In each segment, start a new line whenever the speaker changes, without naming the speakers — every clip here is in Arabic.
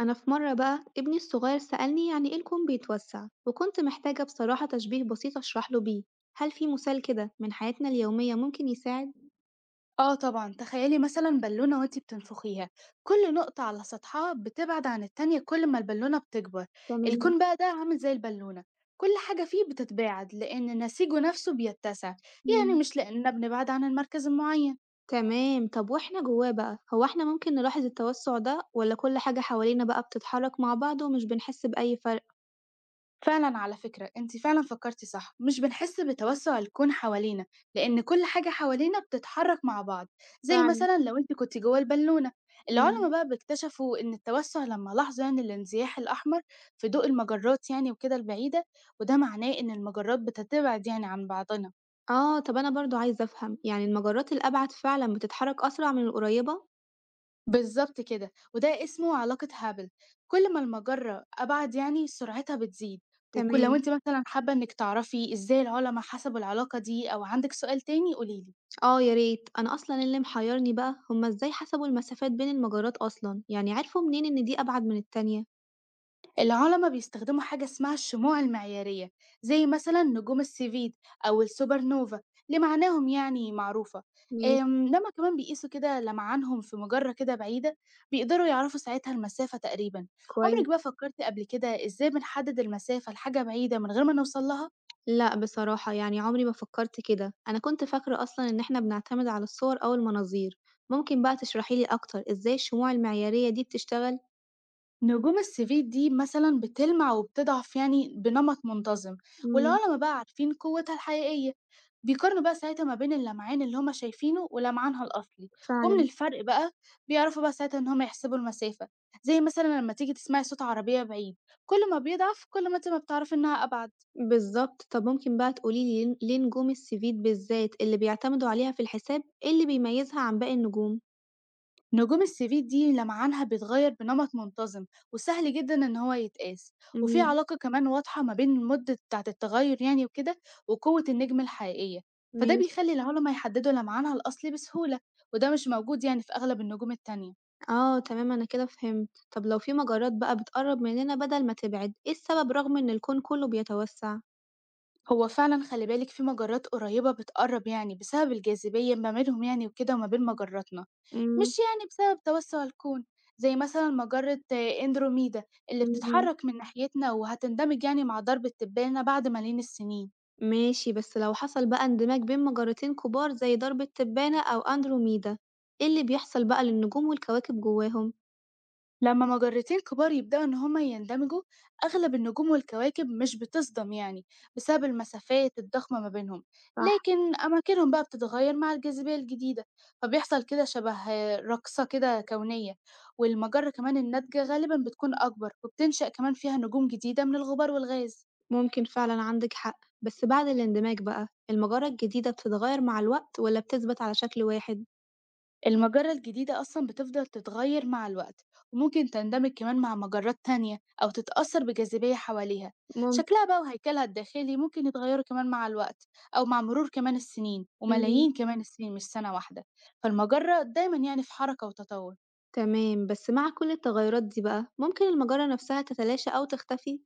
أنا في مرة بقى ابني الصغير سألني يعني إيه الكون بيتوسع، وكنت محتاجة بصراحة تشبيه بسيط أشرحله بيه. هل في مثال كده من حياتنا اليومية ممكن يساعد؟
آه طبعًا، تخيّلي مثلًا بالونة وأنتِ بتنفخيها، كل نقطة على سطحها بتبعد عن التانية كل ما البالونة بتكبر،
تمام.
الكون بقى ده عامل زي البالونة، كل حاجة فيه بتتباعد لأن نسيجه نفسه بيتسع، يعني
مم.
مش لأننا بنبعد عن المركز المعين.
تمام، طب وإحنا جواه بقى هو إحنا ممكن نلاحظ التوسع ده، ولا كل حاجة حوالينا بقى بتتحرك مع بعض ومش بنحس بأي فرق؟
فعلًا على فكرة، أنتِ فعلًا فكّرتِ صح، مش بنحس بتوسُّع الكون حوالينا، لإن كل حاجة حوالينا بتتحرّك مع بعض، زي
فعلا.
مثلًا لو أنتِ كنتِ جوّه البالونة، العُلَما
مم.
بقى باكتشفوا إن التوسُّع لمّا لاحظوا يعني الانزياح الأحمر في ضوء المجرات يعني وكده البعيدة، وده معناه إن المجرات بتتبعد يعني عن بعضنا.
آه طب أنا برضو عايزة أفهم يعني المجرات الأبعد فعلا بتتحرك أسرع من القريبة؟
بالضبط كده، وده اسمه علاقة هابل، كل ما المجرة أبعد يعني سرعتها بتزيد، وك لو
تمام.
أنتِ مثلًا حابة إنِّك تعرفي إزاي العُلَما حسبوا العلاقة دي أو عندِك سؤال تاني قولي لي.
اه يا ريت، انا اصلا اللي محيرني بقى هما ازاي حسبوا المسافات بين المجرات اصلا، يعني عرفوا منين ان دي ابعد من التانية.
العلماء بيستخدموا حاجة اسمها الشموع المعيارية زي مثلا نجوم السيفيد أو السوبر نوفا اللي معناهم يعني معروفة،
ماشي.
لما كمان بيقيسوا كده لمعانهم في مجرة كده بعيدة بيقدروا يعرفوا ساعتها المسافة تقريبا.
كويس.
عمرك بقى فكرت قبل كده ازاي بنحدد المسافة لحاجة بعيدة من غير ما نوصل لها؟
لا بصراحة يعني عمري ما فكرت كده، انا كنت فاكرة اصلا ان احنا بنعتمد على الصور او المناظير. ممكن بقى تشرحيلي اكتر ازاي الشموع المعيارية دي بتشتغل.
نجوم السيفيد دي مثلا بتلمع وبتضعف يعني بنمط منتظم،
مم.
والعلماء بقى عارفين قوتها الحقيقية، بيقارنوا بقى ساعتها ما بين اللمعان اللي هُم شايفينه ولمعانها الأصلي، ومن
فعلا.
الفرق بقى بيعرفوا بقى ساعتها إن هُم يحسبوا المسافة، زي مثلًا لمّا تيجي تسمعي صوت عربية بعيد، كل ما بيضعف كل ما أنتِ ما بتعرفي إنها أبعد.
بالظبط، طب ممكن بقى تقوليلي ليه نجوم السفيد بالذات اللي بيعتمدوا عليها في الحساب، ايه اللي بيميزها عن باقي النجوم؟
نجوم السبيل دي لمعانها بيتغيّر بنمط منتظم، وسهل جدًا إن هو يتقاس، وفي
مم.
علاقة كمان واضحة ما بين المدة بتاعة التغيّر يعني وكده، وقوة النجم الحقيقية، فده
ماشي.
بيخلّي العُلما يحددوا لمعانها الأصلي بسهولة، وده مش موجود يعني في أغلب النجوم التانية.
آه تمام أنا كده فهمت، طب لو في مجرات بقى بتقرّب مننا بدل ما تبعد، إيه السبب رغم إن الكون كلّه بيتوسّع؟
هو فعلا خلي بالك في مجرات قريبة بتقرب يعني بسبب الجاذبية ما بينهم يعني وكده وما بين مجراتنا،
إمم.
مش يعني بسبب توسع الكون، زي مثلا مجرة اندروميدا اللي
اهم.
بتتحرك من ناحيتنا وهتندمج يعني مع درب التبانة بعد ملايين السنين.
ماشي، بس لو حصل بقى اندماج بين مجرتين كبار زي درب التبانة أو أندروميدا، إيه اللي بيحصل بقى للنجوم والكواكب جواهم؟
لما مجرتين كبار يبدأوا إن هما يندمجوا، أغلب النجوم والكواكب مش بتصدم يعني بسبب المسافات الضخمة ما بينهم،
صح.
لكن أماكنهم بقى بتتغير مع الجاذبية الجديدة، فبيحصل كده شبه رقصة كده كونية، والمجرة كمان الناتجة غالبا بتكون أكبر وبتنشأ كمان فيها نجوم جديدة من الغبار والغاز.
ممكن فعلًا عندِك حق، بس بعد الاندماج بقى المجرة الجديدة بتتغير مع الوقت والّا بتثبت على شكل واحد؟
المجرة الجديدة أصلًا بتفضل تتغير مع الوقت، وممكن تندمج كمان مع مجرات تانية أو تتأثر بجاذبية حواليها،
ممكن.
شكلها بقى وهيكلها الداخلي ممكن يتغيروا كمان مع الوقت أو مع مرور كمان السنين
إمم.
وملايين كمان السنين مش سنة واحدة، فالمجرة دايمًا يعني في حركة وتطور.
تمام، بس مع كل التغيرات دي بقى ممكن المجرة نفسها تتلاشى أو تختفي؟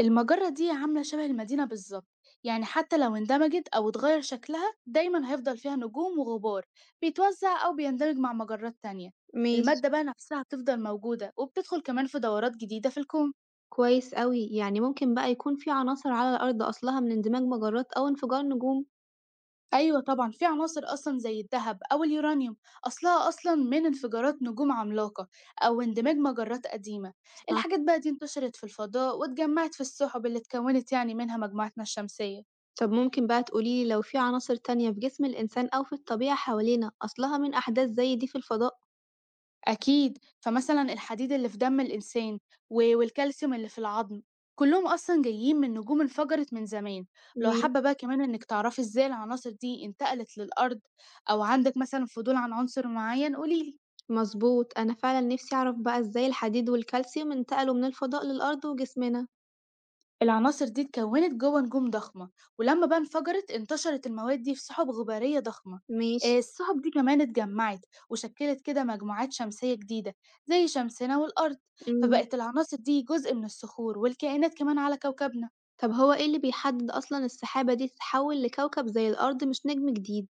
المجرة دي عاملة شبه المدينة بالظبط، يعني حتى لو اندمجت أو اتغير شكلها دايما هيفضل فيها نجوم وغبار بيتوزع أو بيندمج مع مجرات تانية.
ماشي.
المادة بقى نفسها بتفضل موجودة وبتدخل كمان في دورات جديدة في الكون.
كويس أوي، يعني ممكن بقى يكون في عناصر على الأرض أصلها من اندماج مجرات أو انفجار نجوم؟
أيوة طبعا في عناصر أصلا زي الذهب أو اليورانيوم أصلها أصلا من انفجارات نجوم عملاقة أو اندماج مجرات قديمة.
صح.
الحاجات بقى دي انتشرت في الفضاء واتجمعت في السحب اللي اتكونت يعني منها مجموعتنا الشمسية.
طب ممكن بقى تقولي لي لو في عناصر تانية في جسم الإنسان أو في الطبيعة حوالينا أصلها من أحداث زي دي في الفضاء؟
أكيد، فمثلًا الحديد اللي في دم الإنسان والكالسيوم اللي في العظم، كلّهم أصلًا جايين من نجوم انفجرت من زمان، لو
ماشي.
حابة بقى كمان إنِّك تعرفي إزاي العناصر دي انتقلت للأرض أو عندِك مثلًا فضول عن عنصر معيّن قولي لي.
مظبوط، أنا فعلا نفسي أعرف بقى إزاي الحديد والكالسيوم انتقلوا من الفضاء للأرض وجسمنا.
العناصر دي اتكوّنت جوّه نجوم ضخمة، ولمّا بقى انفجرت انتشرت المواد دي في سُحُب غبارية ضخمة،
ماشي.
السُحُب دي كمان اتجمّعت وشكّلت كده مجموعات شمسية جديدة زي شمسنا والأرض،
مم.
فبقت العناصر دي جزء من الصخور والكائنات كمان على كوكبنا.
طب هو إيه اللي بيحدد أصلا السحابة دي تتحول لكوكب زي الأرض مش نجم جديد؟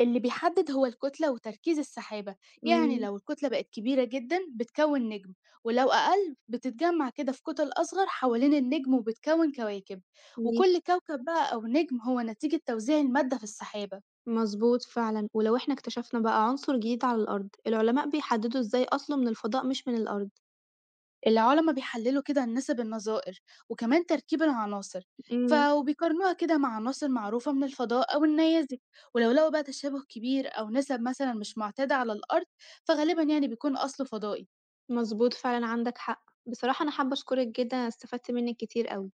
اللي بيحدد هو الكتلة وتركيز السحابة، يعني
مم.
لو الكتلة بقت كبيرة جدا بتكون نجم، ولو أقل بتتجمع كده في كتل أصغر حوالين النجم وبتكون كواكب، وكل
ماشي.
كوكب بقى أو نجم هو نتيجة توزيع المادة في السحابة.
مظبوط فعلًا، ولو إحنا اكتشفنا بقى عنصر جديد على الأرض، العلماء بيحددوا إزاي أصله من الفضاء مش من الأرض؟
العلماء بيحللوا كده النسب النظائر وكمان تركيب العناصر،
إمم.
وبيقارنوها كده مع عناصر معروفة من الفضاء أو النيازك، ولو لقوا بقى تشابه كبير أو نسب مثلا مش معتادة على الأرض فغالبا يعني بيكون أصله فضائي.
مظبوط فعلًا، عندك حق. بصراحة أنا حابة أشكرك جدًا، أنا استفدت منِّك كتير أوي.